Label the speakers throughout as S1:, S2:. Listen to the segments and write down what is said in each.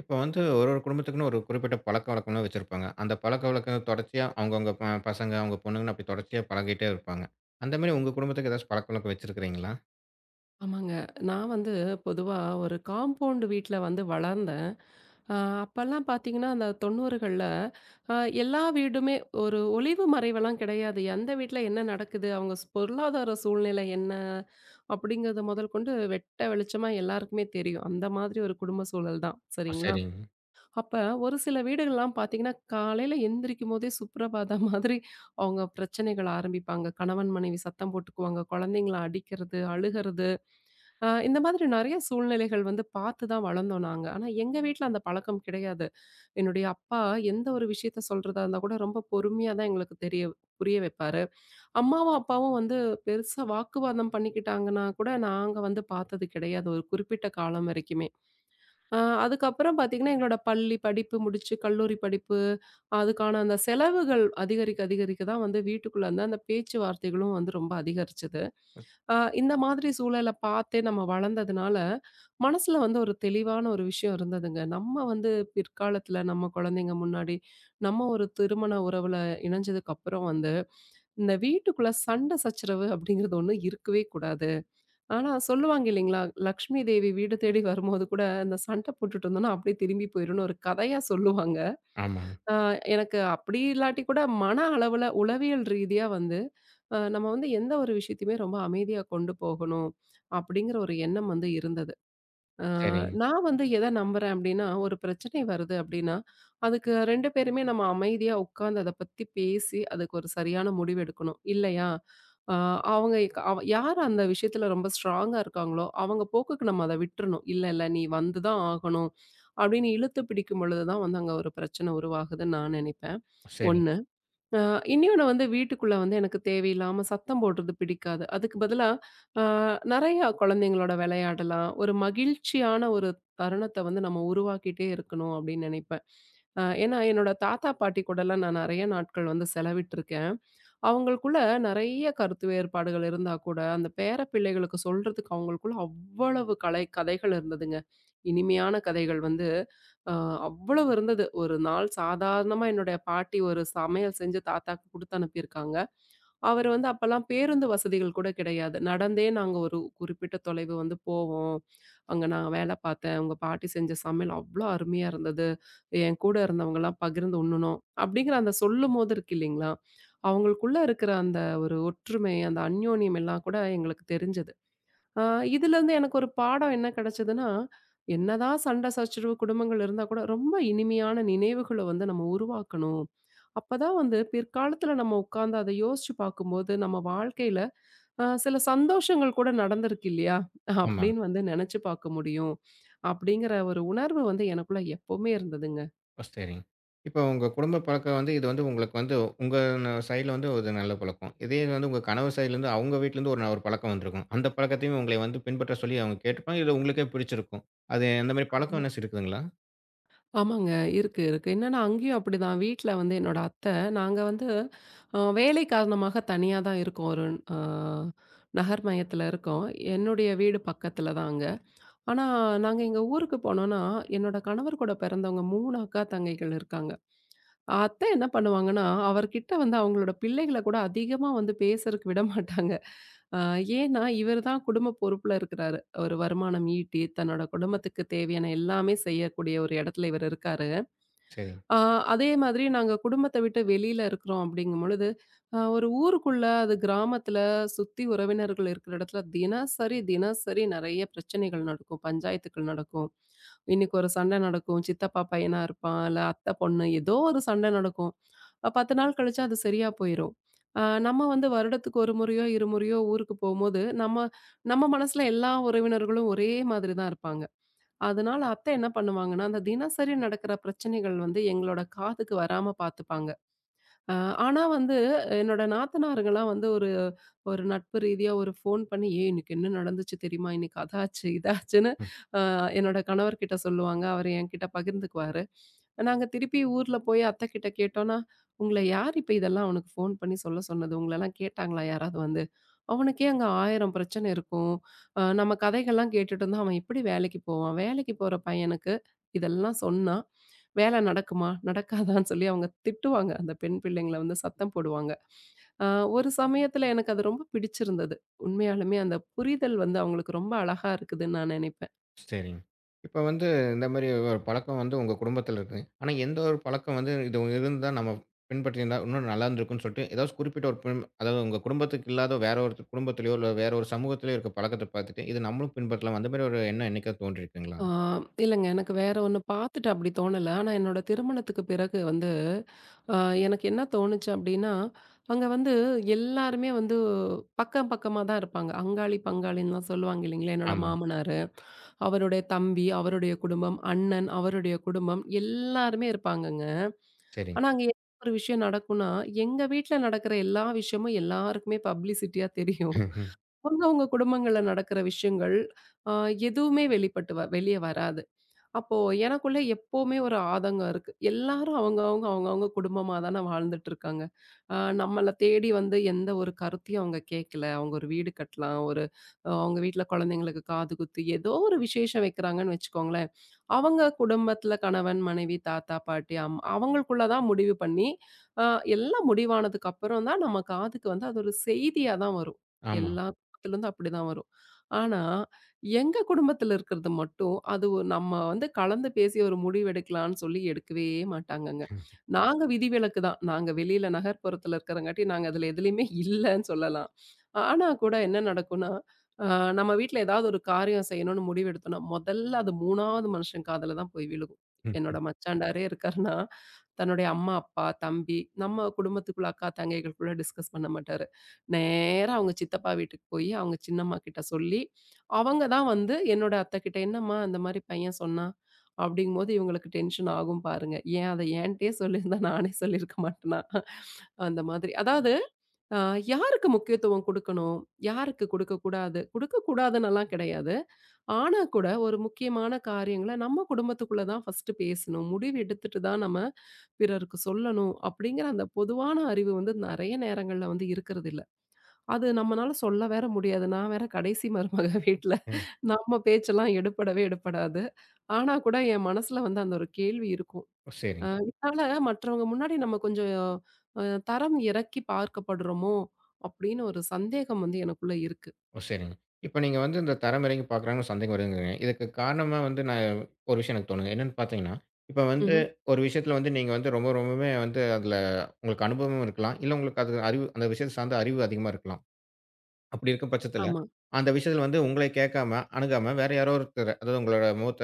S1: இப்ப வந்து ஒரு குடும்பத்துக்குன்னு ஒரு குறிப்பிட்ட பழக்கவழக்கம்லாம் வச்சிருப்பாங்க. அந்த பழக்கவழக்கம் தொடர்ச்சியா அவங்கவங்க பசங்க, அவங்க பொண்ணுங்கன்னு அப்படி தொடர்ச்சியா பழகிட்டே இருப்பாங்க. அந்த மாரி உங்க குடும்பத்துக்கு ஏதாச்சும் பழக்கவழக்கம் வச்சிருக்கிறீங்களா?
S2: ஆமாங்க. நான் வந்து பொதுவா ஒரு காம்பவுண்ட் வீட்ல வந்து வளர்ந்தேன். அ அப்பலாம் பார்த்தீங்கன்னா, அந்த 90கள்ல அ எல்லா வீடுமே ஒரு ஒளிவு மறைவெல்லாம் கிடையாது. எந்த வீட்ல என்ன நடக்குது, அவங்க பொருளாதார சூழ்நிலை என்ன அப்படிங்கிறத முதல் கொண்டு வெட்ட வெளிச்சமா எல்லாருக்குமே தெரியும். அந்த மாதிரி ஒரு குடும்ப சூழல் தான்.
S1: ஓ!
S2: சரிங்களா?
S1: சரிங்க.
S2: அப்ப ஒரு சில வீடுகள்லாம் பார்த்தீங்கன்னா, காலையில எந்திரிக்கும்போதே சுப்ரபாதம் மாதிரி அவங்க பிரச்சனைகள் ஆரம்பிப்பாங்க. கணவன், மனைவி சத்தம் போட்டுக்குவாங்க. குழந்தைங்கள அடிக்கிறது, அழுகிறது. இந்த மாதிரி நெறைய சூழ்நிலைகள் வந்து பார்த்து தான் வளர்ந்தோம் நாங்க. ஆனா எங்க வீட்ல அந்த பழக்கம் கிடையாது. என்னுடைய அப்பா எந்த ஒரு விஷயத்த சொல்றதா இருந்தா கூட ரொம்ப பொறுமையா தான் எங்களுக்கு தெரிய புரிய வைப்பாரு. அம்மாவும், அப்பாவும் வந்து பெருசா வாக்குவாதம் பண்ணிக்கிட்டாங்கன்னா கூட நாங்க வந்து பார்த்தது கிடையாது. ஒரு குறிப்பிட்ட காலம் வரைக்குமே. அ அதுக்கப்புறம் பார்த்தீங்கன்னா, எங்களோட பள்ளி படிப்பு முடிச்சு, கல்லூரி படிப்பு, அதுக்கான அந்த செலவுகள் அதிகரிக்க அதிகரிக்க தான் வந்து வீட்டுக்குள்ள வந்து அந்த பேச்சுவார்த்தைகளும் வந்து ரொம்ப அதிகரிச்சது. இந்த மாதிரி சூழல பார்த்தே நம்ம வளர்ந்ததுனால, மனசுல வந்து ஒரு தெளிவான ஒரு விஷயம் இருந்ததுங்க. நம்ம வந்து பிற்காலத்துல நம்ம குழந்தைங்க முன்னாடி, நம்ம ஒரு திருமண உறவுல இணைஞ்சதுக்கப்புறம் வந்து, இந்த வீட்டுக்குள்ள சண்டை சச்சரவு அப்படிங்கிறது ஒண்ணு இருக்கவே கூடாது. ஆனா சொல்லுவாங்க இல்லைங்களா? லக்ஷ்மி தேவி வீடு தேடி வரும்போது கூட, இந்த சண்டை போட்டுட்டு இருந்தோம்னா, அப்படியே திரும்பி போயிரும்னு ஒரு கதையா சொல்லுவாங்க.
S1: ஆமாங்க.
S2: அ எனக்கு அப்படி இல்லாட்டி கூட மன அளவுல உளவியல் ரீதியா வந்து, நம்ம வந்து எந்த ஒரு விஷயத்தையுமே ரொம்ப அமைதியா கொண்டு போகணும், அப்படிங்கிற ஒரு எண்ணம் வந்து இருந்தது. அ
S1: சரிங்க.
S2: நான் வந்து எத நம்புறேன் அப்டின்னா, ஒரு பிரச்சனை வருது அப்டின்னா, அதுக்கு 2 பேருமே நம்ம அமைதியா உட்கார்ந்து அத பத்தி பேசி, அதுக்கு ஒரு சரியான முடிவு எடுக்கணும். இல்லையா, அ அவங்க அவ யார் அந்த விஷயத்துல ரொம்ப ஸ்ட்ராங்கா இருக்காங்களோ, அவங்க போக்குக்கு நம்ம அத விட்டுறணும். "இல்ல, இல்ல நீ வந்து தான் ஆகணும்" அப்டின்னு இழுத்து பிடிக்கும் பொழுது தான் வந்து அங்க ஒரு பிரச்சனை உருவாகுதுன்னு நான் நெனைப்பேன்.
S1: சரிங்க.
S2: 1. அ இன்னொன்னு வந்து வீட்டுக்குள்ள வந்து எனக்கு தேவையில்லாம சத்தம் போடுறது பிடிக்காது. அதுக்கு பதிலா அ நெறையா குழந்தைங்களோட விளையாடலாம். ஒரு மகிழ்ச்சியான ஒரு தருணத்த வந்து நம்ம உருவாக்கிட்டே இருக்கணும் அப்படின்னு நெனைப்பேன். ஏன்னா என்னோட தாத்தா, பாட்டி கூடலாம் நான் நெறைய நாட்கள் வந்து செலவிட்டுருக்கேன். அவங்களுக்குள்ள நெறைய கருத்து வேறுபாடுகள் இருந்தா கூட, அந்த பேர பிள்ளைகளுக்கு சொல்றதுக்கு அவங்களுக்குள்ள அவ்வளவு கலை கதைகள் இருந்ததுங்க. இனிமையான கதைகள் வந்து அ அவ்வளவு இருந்தது. ஒரு நாள் சாதாரணமா என்னுடைய பாட்டி ஒரு சமையல் செஞ்சு தாத்தாக்கு குடுத்து அனுப்பியிருக்காங்க. அவரு வந்து அப்பலாம் பேருந்து வசதிகள் கூட கிடையாது. நடந்தே நாங்க ஒரு குறிப்பிட்ட தொலைவு வந்து போவோம். அங்க நான் வேல பார்த்தேன். உங்க பாட்டி செஞ்ச சமையல் அவ்ளோ அருமையா இருந்தது. என் கூட இருந்தவங்கலாம் பகிர்ந்து உண்ணுனோம். அப்படிங்கிற அந்த சொல்லும்போது இருக்கு இல்லைங்களா? அவங்களுக்குள்ள இருக்கிற அந்த ஒரு ஒற்றுமை, அந்த அந்யோன்யம் எல்லாம் கூட எங்களுக்கு தெரிஞ்சது. ஆ இதுலேருந்து எனக்கு ஒரு பாடம் என்ன கிடைச்சதுன்னா, என்னதான் சண்டை சச்சரவு குடும்பங்கள் இருந்தா கூட, ரொம்ப இனிமையான நினைவுகள வந்து நம்ம உருவாக்கணும். அப்பதான் வந்து பிற்காலத்துல நம்ம உட்கார்ந்து அத யோசிச்சு பார்க்கும்போது, நம்ம வாழ்க்கையில சில சந்தோஷங்கள் கூட நடந்திருக்கு இல்லையா?
S1: ஆமாங்க.
S2: அப்படின்னு வந்து நெனச்சு பார்க்க முடியும். அப்படிங்கிற ஒரு உணர்வு வந்து எனக்குள்ள எப்பவுமே இருந்ததுங்க.
S1: ஓ! சரிங்க. இப்ப உங்க குடும்ப பழக்கம் வந்து இது வந்து உங்களுக்கு வந்து உங்க ந சைடுல வந்து ஒரு நல்ல பழக்கம். இதே இது வந்து உங்க கணவர் சைடுலருந்து அவங்க வீட்லருந்து ஒரு ந ஒரு பழக்கம் வந்திருக்கும். அந்த பழக்கத்தையும் உங்களை வந்து பின்பற்ற சொல்லி அவங்க கேட்டுருப்பாங்க. இல்ல உங்களுக்கே பிடிச்சிருக்கும். அது அந்த மாரி பழக்கம் என்னாச்சு இருக்குதுங்களா?
S2: ஆமாங்க. இருக்கு, இருக்கு. என்னன்னா அங்கேயும் அப்படிதான். வீட்ல வந்து என்னோட அத்தை, நாங்க வந்து வேலை காரணமாக தனியா தான் இருக்கோம். ஒரு அ நகர் மையத்துல இருக்கோம். என்னுடைய வீடு பக்கத்துல தான் அங்க. ஆனா, நாங்க எங்க ஊருக்கு போனோம்னா, என்னோட கணவர் கூட பிறந்தவங்க 3 அக்கா தங்கைகள் இருக்காங்க. அத்தை என்ன பண்ணுவாங்கன்னா, அவர்கிட்ட வந்து அவங்களோட பிள்ளைகள கூட அதிகமா வந்து பேசறக்கு விட மாட்டாங்க. அ ஏன்னா, இவர் தான் குடும்ப பொறுப்புல இருக்கிறாரு. ஒரு வருமானம் ஈட்டி, தன்னோட குடும்பத்துக்கு தேவையான எல்லாமே செய்யக்கூடிய ஒரு இடத்துல இவர் இருக்காரு.
S1: சரிங்க. ம்.
S2: ஆ அதே மாதிரி நாங்க குடும்பத்த விட்டு வெளியில இருக்கிறோம் அப்படிங்கும் பொழுது, ஒரு ஊருக்குள்ள அது கிராமத்துல சுத்தி உறவினர்கள் இருக்கிற இடத்துல தினசரி, தினசரி நெறைய பிரச்சனைகள் நடக்கும். பஞ்சாயத்துக்கள் நடக்கும். இன்னைக்கு ஒரு சண்டை நடக்கும். சித்தப்பா பையனா இருப்பான், இல்ல அத்தை பொண்ணு ஏதோ ஒரு சண்டை நடக்கும். 10 நாள் கழிச்சு அது சரியா போயிரும். நம்ம வந்து வருடத்துக்கு 1 முறையோ, 2 முறையோ ஊருக்கு போம்போது, நம்ம நம்ம மனசுல எல்லா உறவினர்களும் ஒரே மாதிரி தான் இருப்பாங்க. அதனால அத்தை என்ன பண்ணுவாங்கன்னா, அந்த தினசரி நடக்கிற பிரச்சனைகள் வந்து எங்களோட காதுக்கு வராம பார்த்துப்பாங்க. அ ஆனா வந்து, என்னோட நாத்தனாருங்கலாம் வந்து ஒரு ஒரு நட்பு ரீதியா ஒரு ஃபோன் பண்ணி, "ஏய்! இன்னைக்கு என்ன நடந்துச்சு தெரியுமா? இன்னைக்கு அதாச்சு, இதாச்சுன்னு" அ என்னோட கணவர்கிட்ட சொல்லுவாங்க. அவரு என்கிட்ட பகிர்ந்துக்குவாரு. நாங்க திருப்பி ஊர்ல போய் அத்தைக்கிட்ட கேட்டோம்னா, "உங்கள யார் இப்ப இதெல்லாம் அவனுக்கு ஃபோன் பண்ணி சொல்ல சொன்னது? உங்களலாம் கேட்டாங்களா யாராவது வந்து? அவனுக்கே அங்க 1000 பிரச்சனை இருக்கும். நம்ம கதைகள்லாம் கேட்டுட்டு இருந்தா, அவன் எப்படி வேலைக்கு போவான்? வேலைக்கு போற பையனுக்கு இதெல்லாம் சொன்னா, வேல நடக்குமா? நடக்காதான்னு சொல்லி அவங்க திட்டுவாங்க. அந்த பெண் பிள்ளைங்கள வந்து சத்தம் போடுவாங்க. அ ஒரு சமயத்துல எனக்கு அது ரொம்ப பிடிச்சிருந்தது. உண்மையாலுமே அந்த புரிதல் வந்து அவங்களுக்கு ரொம்ப அழகா இருக்குதுன்னு நான் நெனைப்பேன்.
S1: சரிங்க. இப்ப வந்து இந்த மாரி ஒரு பழக்கம் வந்து உங்க குடும்பத்தில இருக்கு. ஆனா, எந்த ஒரு பழக்கம் வந்து இது இருந்தா நம்ம பின்பற்றியிருந்தா இன்னும் நல்லா இருந்திருக்கும்ன்னு சொல்லிட்டு, ஏதாவது குறிப்பிட்ட ஒரு பின் அதாவது உங்க குடும்பத்துக்கு இல்லாத வேற ஒரு குடும்பத்திலயோ, இல்ல வேற ஒரு சமூகத்திலயோ இருக்க பழக்கத்த பார்த்துட்டு, இது நம்மளும் பின்பற்றலாம். அந்த மாரி ஒரு எண்ணம் என்னைக்காவது தோன்றியிருக்குங்களா?
S2: ஆ இல்லங்க எனக்கு வேற ஒண்ணு பாத்துட்டு அப்படி தோணல. ஆனா என்னோட திருமணத்துக்கு பிறகு வந்து அ எனக்கு என்ன தோணுச்சு அப்படின்னா, அங்க வந்து எல்லாருமே வந்து பக்கம் பக்கமா தான் இருப்பாங்க. அங்காளி, பங்காளின்லாம் சொல்லுவாங்க இல்லைங்களா? என்னோட
S1: ஆமாங்க.
S2: மாமனாரு, அவருடைய தம்பி, அவருடைய குடும்பம், அண்ணன், அவருடைய குடும்பம் எல்லாருமே இருப்பாங்கங்க.
S1: சரிங்க.
S2: ஆனா, அங்க என்ன ஒரு விஷயம் நடக்கும்னா, எங்க வீட்ல நடக்கிற எல்லா விஷயமும் எல்லாருக்குமே பப்ளிசிட்டியா தெரியும். அவங்கவங்க குடும்பங்கள்ல நடக்கிற விஷயங்கள், அ எதுவுமே வெளிப்பட்டு வெளிய வராது. அப்போ எனக்குள்ள எப்பவுமே ஒரு ஆதங்கம் இருக்கு. எல்லாரும் அவங்கவங்க, அவங்கவங்க குடும்பமா தான வாழ்ந்துட்டு இருக்காங்க. நம்மள தேடி வந்து எந்த ஒரு கருத்தையும் அவங்க கேட்கல. அவங்க ஒரு வீடு கட்டலாம், ஒரு அவங்க வீட்ல குழந்தைங்களுக்கு காது குத்து, ஏதோ ஒரு விசேஷம் வைக்கிறாங்கன்னு வச்சுக்கோங்களேன். அவங்க குடும்பத்துல கணவன், மனைவி, தாத்தா, பாட்டி, அவங்களுக்குள்ள தான் முடிவு பண்ணி, அ எல்லாம் முடிவானதுக்கு அப்புறம் தான் நம்ம காதுக்கு வந்து அது ஒரு செய்தியா தான் வரும்.
S1: ஆமா.
S2: எல்லா குடும்பத்துலருந்து அப்படிதான் வரும். ஆனா, எங்க குடும்பத்துல இருக்கிறது மட்டும் இருக்கும். அது நம்ம வந்து கலந்து பேசி ஒரு முடிவு எடுக்கலான்னு சொல்லி எடுக்கவே மாட்டாங்கங்க. நாங்க விதிவிலக்கு தான். நாங்க வெளியில நகர்ப்புறத்துல இருக்கிறங்காட்டி, நாங்க அதுல எதுலயுமே இல்லன்னு சொல்லலாம். ஆனா கூட என்ன நடக்கும்னா, அ நம்ம வீட்ல ஏதாவது ஒரு காரியம் செய்யணும்னு முடிவெடுத்தோம்னா, முதல்ல அது 3வது மனுஷன் காதுல தான் போய் விழுகும்.
S1: ம்.
S2: என்னோட
S1: ம்.
S2: மச்சான்டாரே இருக்காருன்னா, தன்னுடைய அம்மா, அப்பா, தம்பி, நம்ம குடும்பத்துக்குள்ள அக்கா, தங்கைகளுக்குள்ள டிஸ்கஸ் பண்ண மாட்டாரு. நேரா அவங்க சித்தப்பா வீட்டுக்கு போயி, அவங்க சின்னம்மா கிட்ட சொல்லி அவங்க தான் வந்து என்னோட அத்தைக்கிட்ட, "என்னம்மா அந்த மாரி பையன் சொன்னான்." அப்படிங்கும்போது இவங்களுக்கு டென்ஷன் ஆகும் பாருங்க. ஏன் அத என்ட்டயே சொல்லியிருந்தா நானே சொல்லியிருக்க மாட்டேனா? அந்த மாதிரி. அதாவது அ யாருக்கு முக்கியத்துவம் குடுக்கணும்? யாருக்கு குடுக்கக்கூடாது? குடுக்கக்கூடாதுன்னெல்லாம் கிடையாது. ஆனா கூட ஒரு முக்கியமான காரியங்கள நம்ம குடும்பத்துக்குள்ள தான் ஃபர்ஸ்ட்டு பேசணும். முடிவு எடுத்துட்டு தான் நம்ம பிறருக்கு சொல்லணும் அப்படிங்கிற அந்த பொதுவான அறிவு வந்து நெறைய நேரங்கள்ல வந்து இருக்கறதில்ல. அது நம்மனால சொல்ல வேற முடியாது. நான் வேற கடைசி மருமக வீட்ல. நம்ம பேச்செல்லாம் எடுபடவே எடுபடாது. ஆனா கூட என் மனசுல வந்து அந்த ஒரு கேள்வி இருக்கும்.
S1: ஓ! சரிங்க.
S2: இதனால மற்றவங்க முன்னாடி நம்ம கொஞ்சம் அ தரம் இறக்கி பார்க்கப்படுறோமோ! அப்படின்னு ஒரு சந்தேகம் வந்து எனக்குள்ள இருக்கு.
S1: ஓ! சரிங்க. இப்ப நீங்க வந்து இந்த தரம் இறங்கி பார்க்குறாங்கன்னு சந்தேகம் வருதுங்கிறீங்க. இதுக்கு காரணமா வந்து நான் ஒரு விஷயம் எனக்கு தோணுது. என்னன்னு பார்த்தீங்கன்னா, இப்ப வந்து
S2: ம்ஹ்ம்.
S1: ஒரு விஷயத்துல வந்து நீங்க வந்து ரொம்ப ரொம்பவுமே வந்து அதுல உங்களுக்கு அனுபவமும் இருக்கலாம். இல்ல உங்களுக்கு அது அறிவு அந்த விஷயத்த சார்ந்த அறிவு அதிகமா இருக்கலாம். அப்படி இருக்கும் பட்சத்துல,
S2: ஆமா.
S1: அந்த விஷயத்துல வந்து உங்களை கேட்காம, அணுகாம வேற யாரோ ஒருத்தர் அதாவது உங்களோட மூத்த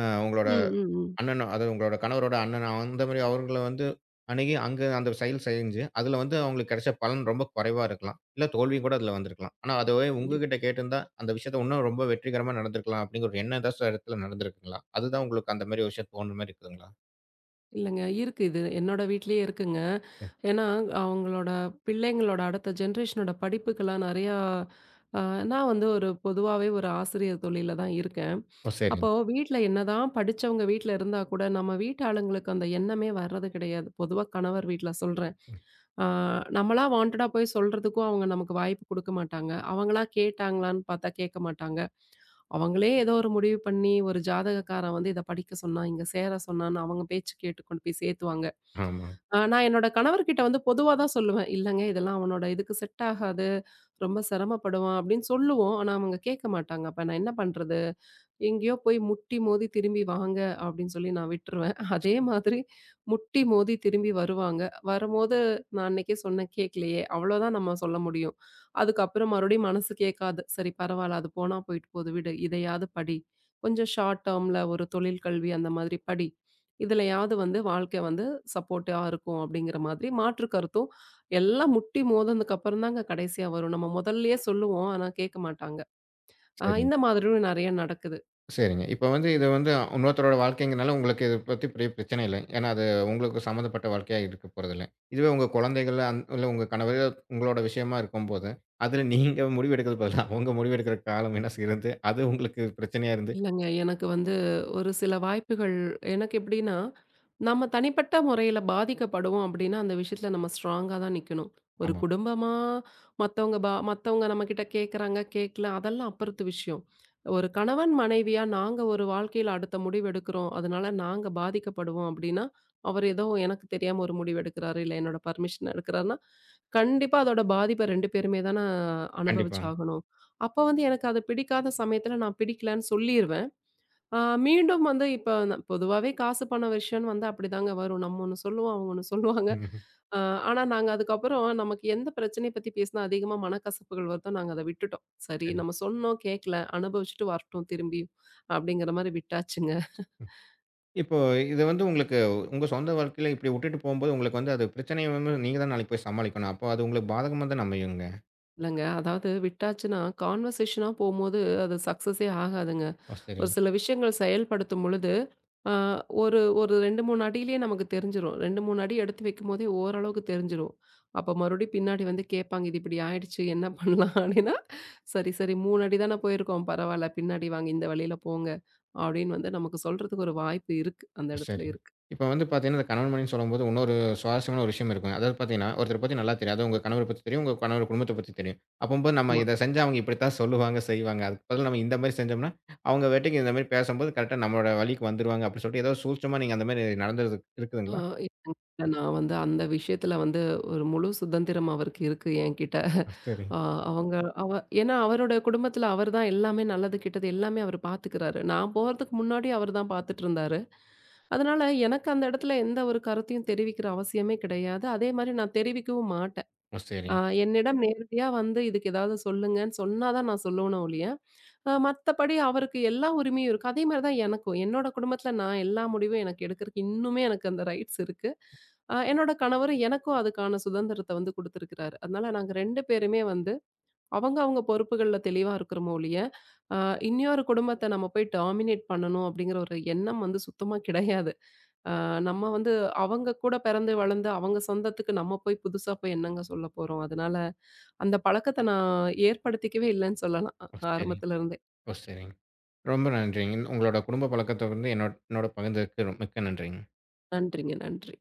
S1: உங்களோட
S2: ம், ம், ம்.
S1: அண்ணனும் அதாவது உங்களோட கணவரோட அண்ணன் அந்த மாரி அவங்கள வந்து அணுகி, அங்க அந்த செயல் செஞ்சு, அதுல வந்து அவங்களுக்கு கிடைச்ச பலன் ரொம்ப குறைவா இருக்கலாம். இல்ல தோல்வியும் கூட அதுல வந்திருக்கலாம். ஆனா அதுவே
S2: கண்டிப்பா.
S1: உங்ககிட்ட கேட்டிருந்தா, அந்த விஷயத்த இன்னும் ரொம்ப வெற்றிகரமா நடந்திருக்கலாம் அப்படிங்கிற ஒரு எண்ணம் ஏதாச்சும் இடத்துல நடந்திருக்குங்களா? அதுதான் உங்களுக்கு அந்த மாரி ஒரு விஷயம் தோணுன மாரி இருக்குதுங்களா?
S2: இல்லங்க. இருக்கு இது. என்னோட வீட்லயே இருக்குங்க. ஏன்னா அவங்களோட பிள்ளைங்களோட அடுத்த ஜெனரேஷனோட படிப்புக்கெல்லாம் நெறையா அ நான் வந்து ஒரு பொதுவாவே ஒரு ஆசிரியர் தொழில்ல தான் இருக்கேன்.
S1: ஓ!
S2: அப்போ
S1: சரிங்க.
S2: வீட்ல என்னதான் படிச்சவங்க வீட்ல இருந்தா கூட, நம்ம வீட்டு ஆளுங்களுக்கு அந்த எண்ணமே வர்றது கிடையாது. பொதுவா கணவர் வீட்ல சொல்றேன். ஆ நம்மளா வாண்டடா போய் சொல்றதுக்கும் அவங்க நமக்கு வாய்ப்பு குடுக்க மாட்டாங்க. அவங்களா கேட்டாங்களான்னு பார்த்தா கேட்க மாட்டாங்க. அவங்களே ஏதோ ஒரு முடிவு பண்ணி, ஒரு ஜாதகக்காரன் வந்து இத படிக்க சொன்னான், இங்க சேர சொன்னான்னு அவங்க பேச்சு கேட்டு கொண்டு போய் சேர்த்துவாங்க.
S1: ஆமா.
S2: நான் என்னோட கணவர்கிட்ட வந்து பொதுவா தான் சொல்லுவேன். இல்லங்க இதெல்லாம் அவனோட இதுக்கு செட் ஆகாது. ரொம்ப சிரமப்படுவான் அப்படின்னு சொல்லுவோம். ஆனா அவங்க கேட்க மாட்டாங்க. அப்ப நான் என்ன பண்றது? எங்கேயோ போய் முட்டி மோதி திரும்பி வாங்க அப்படின்னு சொல்லி நான் விட்டுருவேன். அதே மாதிரி முட்டி மோதி திரும்பி வருவாங்க. வரும்போது நான் அன்னைக்கே சொன்னேன் கேட்கலையே, அவ்வளோதான் நம்ம சொல்ல முடியும். அதுக்கப்புறம் மறுபடியும் மனசு கேட்காது. சரி பரவால்ல அது போனா போயிட்டு போகுது விடு. இதையாவது படி. கொஞ்சம் ஷார்ட் டேர்ம்ல ஒரு தொழில் கல்வி அந்த மாதிரி படி. இதுலயாவது வந்து வாழ்க்கை வந்து சப்போர்ட்டா இருக்கும் அப்படிங்கிற மாதிரி மாற்று கருத்தும் எல்லாம் முட்டி மோதுனதுக்கு அப்புறம் தாங்க கடைசியா வரும். நம்ம முதல்லயே சொல்லுவோம். ஆனா கேட்க மாட்டாங்க.
S1: சரி.
S2: இந்த மாதிரியும் நெறைய நடக்குது.
S1: சரிங்க. இப்ப வந்து இது வந்து இன்னொருத்தரோட வாழ்க்கைங்கிறனால உங்களுக்கு இத பத்தி பெரிய பிரச்சனை இல்ல. ஏன்னா அது உங்களுக்கு சம்மந்தப்பட்ட வாழ்க்கையா இருக்க போறதில்ல. இதுவே உங்க குழந்தைகள் இல்ல உங்க கணவர் உங்களோட விஷயமா இருக்கும்போது, அதுல நீங்க முடிவெடுக்கிறதுக்கு பதிலா அவங்க முடிவெடுக்கிற காலம் வீணா இருந்து, அது உங்களுக்கு பிரச்சனையா இருந்து
S2: இல்லங்க. எனக்கு வந்து ஒரு சில வாய்ப்புகள் எனக்கு எப்படின்னா, நம்ம தனிப்பட்ட முறையில பாதிக்கப்படுவோம் அப்படின்னா, அந்த விஷயத்துல நம்ம ஸ்ட்ராங்கா தான் நிக்கணும். ஒரு
S1: ஆமா.
S2: குடும்பமா மத்தவங்க நம்மகிட்ட கேட்குறாங்க, கேட்கல அதெல்லாம் அப்புறத்து விஷயம். ஒரு கணவன் மனைவியா நாங்க ஒரு வாழ்க்கையில அடுத்த முடிவு எடுக்கிறோம். அதனால நாங்க பாதிக்கப்படுவோம் அப்படின்னா, அவர் ஏதோ எனக்கு தெரியாம ஒரு முடிவு எடுக்கிறாரு, இல்ல என்னோட பர்மிஷன் எடுக்கிறாருன்னா, கண்டிப்பா அதோட பாதிப்ப 2 பேருமே தான
S1: கண்டிப்பாங்க.
S2: அனுபவிச்சாகணும். அப்ப வந்து எனக்கு அது பிடிக்காத சமயத்துல நான் பிடிக்கலன்னு சொல்லிருவேன். ஆ மீண்டும் வந்து இப்ப பொதுவாவே காசு பண விஷயம்னு வந்தா அப்படிதாங்க வரும். நம்ம ஒண்ணு சொல்லுவோம், அவங்க ஒண்ணு சொல்லுவாங்க.
S1: ம்ஹ்ம்.
S2: அ ஆனா நாங்க அதுக்கப்புறம் நமக்கு எந்த பிரச்சனைய பத்தி பேசினா அதிகமா மனக்கசப்புகள் வருதோ நாங்க அத விட்டுட்டோம். சரி
S1: சரி.
S2: நம்ம சொன்னோம் கேட்கல, அனுபவிச்சுட்டு வரட்டும் திரும்பியும் அப்படிங்கிற மாரி விட்டாச்சுங்க.
S1: இப்போ இது வந்து உங்களுக்கு உங்க சொந்த வாழ்க்கையில இப்படி விட்டுட்டு போம்போது உங்களுக்கு வந்து அது பிரச்சனைய வந்து நீங்க தான் நாளைக்கு போய் சமாளிக்கணும். அப்போ அது உங்களுக்கு பாதகமா தான அமையுங்க.
S2: இல்லங்க அதாவது விட்டாச்சுன்னா கான்வர்சேஷனா போம்போது அது சக்சஸே ஆகாதுங்க.
S1: ஓ! சரி.
S2: ஒரு சில விஷயங்கள் செயல்படுத்தும் பொழுது, அ ஒரு ஒரு 2, 3 அடியிலேயே நமக்கு தெரிஞ்சிரும். 2, 3 அடி எடுத்து வைக்கும்போதே ஓரளவுக்கு தெரிஞ்சிரும். அப்ப மறுபடியும் பின்னாடி வந்து கேட்பாங்க. "இது இப்படி ஆயிடுச்சு. என்ன பண்ணலாம்?" அப்படின்னா, "சரி, சரி 3 அடி தானே போயிருக்கோம். பரவால்ல. பின்னாடி வாங்க. இந்த வழியில போங்க." அப்படின்னு வந்து நமக்கு சொல்றதுக்கு ஒரு வாய்ப்பு இருக்கு. அந்த இடத்துல
S1: சரிங்க.
S2: இருக்கு.
S1: இப்ப வந்து பார்த்தீங்கன்னா, இந்த கணவன் மனைவின்னு சொல்லும்போது, இன்னொரு சுவாரஸ்யமான ஒரு விஷயம் இருக்குங்க. அதாவது பார்த்தீங்கன்னா, ஒருத்தர பத்தி நல்லா தெரியும். அதுவும் உங்க கணவர பத்தி தெரியும். உங்க கணவர் குடும்பத்த பத்தி தெரியும். அப்பம்போது நம்ம இத செஞ்சா அவங்க இப்படித்தான் சொல்லுவாங்க, செய்வாங்க. அதுக்கு பதிலா நம்ம இந்த மாரி செஞ்சோம்னா, அவங்க பாட்டுக்கு இந்த மாரி பேசம்போது கரெக்ட்டா நம்மளோட வழிக்கு வந்துருவாங்க அப்படின்னு சொல்லிட்டு, ஏதோ சூட்சமா நீங்க அந்த மாரி நடந்தது
S2: ஆ
S1: இருக்குதுங்களா?
S2: இல்ல இல்ல, நான் வந்து அந்த விஷயத்துல வந்து ஒரு முழு சுதந்திரம் அவருக்கு இருக்கு என்கிட்ட.
S1: ஓ! சரிங்க.
S2: ஆ அவங்க அவ ஏன்னா அவரோட குடும்பத்துல அவர் தான் எல்லாமே நல்லது, கெட்டது எல்லாமே அவர் பார்த்துக்கிறாரு. நான் போறதுக்கு முன்னாடி அவர் தான் பார்த்துட்டு இருந்தாரு. அதனால எனக்கு அந்த இடத்துல எந்த ஒரு கருத்தையும் தெரிவிக்கிற அவசியமே கிடையாது. அதே மாரி நான் தெரிவிக்கவும் மாட்டேன்.
S1: ஓ!
S2: ஆ
S1: சரிங்க.
S2: என்னிடம் நேரடியா வந்து இதுக்கு ஏதாவது சொல்லுங்கன்னு சொன்னா தான் நான் சொல்லுவேனே ஒழிய, மத்தபடி அவருக்கு எல்லா உரிமையும் இருக்கு. அதே மாரி தான் எனக்கும். என்னோட குடும்பத்தில நான் எல்லா முடிவும் எனக்கு எடுக்கிறக்கு இன்னுமே எனக்கு அந்த ரைட்ஸ் இருக்கு. என்னோட கணவர் எனக்கும் அதுக்கான சுதந்திரத்த வந்து குடுத்திருக்கிறாரு. அதனால நாங்க 2 பேருமே வந்து அவங்க அவங்க பொறுப்புகள்ல தெளிவா இருக்கிறோமே ஒழிய, அ இன்னொரு குடும்பத்த நம்ம போய் டாமினேட் பண்ணணும் அப்படிங்கிற ஒரு எண்ணம் வந்து சுத்தமா கிடையாது. அ நம்ம வந்து அவங்க கூட பிறந்து வளர்ந்து அவங்க சொந்தத்துக்கு நம்ம போய் புதுசா போய் என்னங்க சொல்ல போறோம்? அதனால அந்த பழக்கத்த நான் ஏற்படுத்திக்கவே இல்லன்னு சொல்லலாம்.
S1: ஓ! சரிங்க.
S2: ஆரம்பத்துல இருந்தே.
S1: ஓ! சரிங்க. ரொம்ப நன்றிங்க. உங்களோட குடும்ப பழக்கத்த வந்து என்னோட என்னோட பகிர்ந்ததுக்கு மிக்க நன்றிங்க.
S2: நன்றிங்க, நன்றி.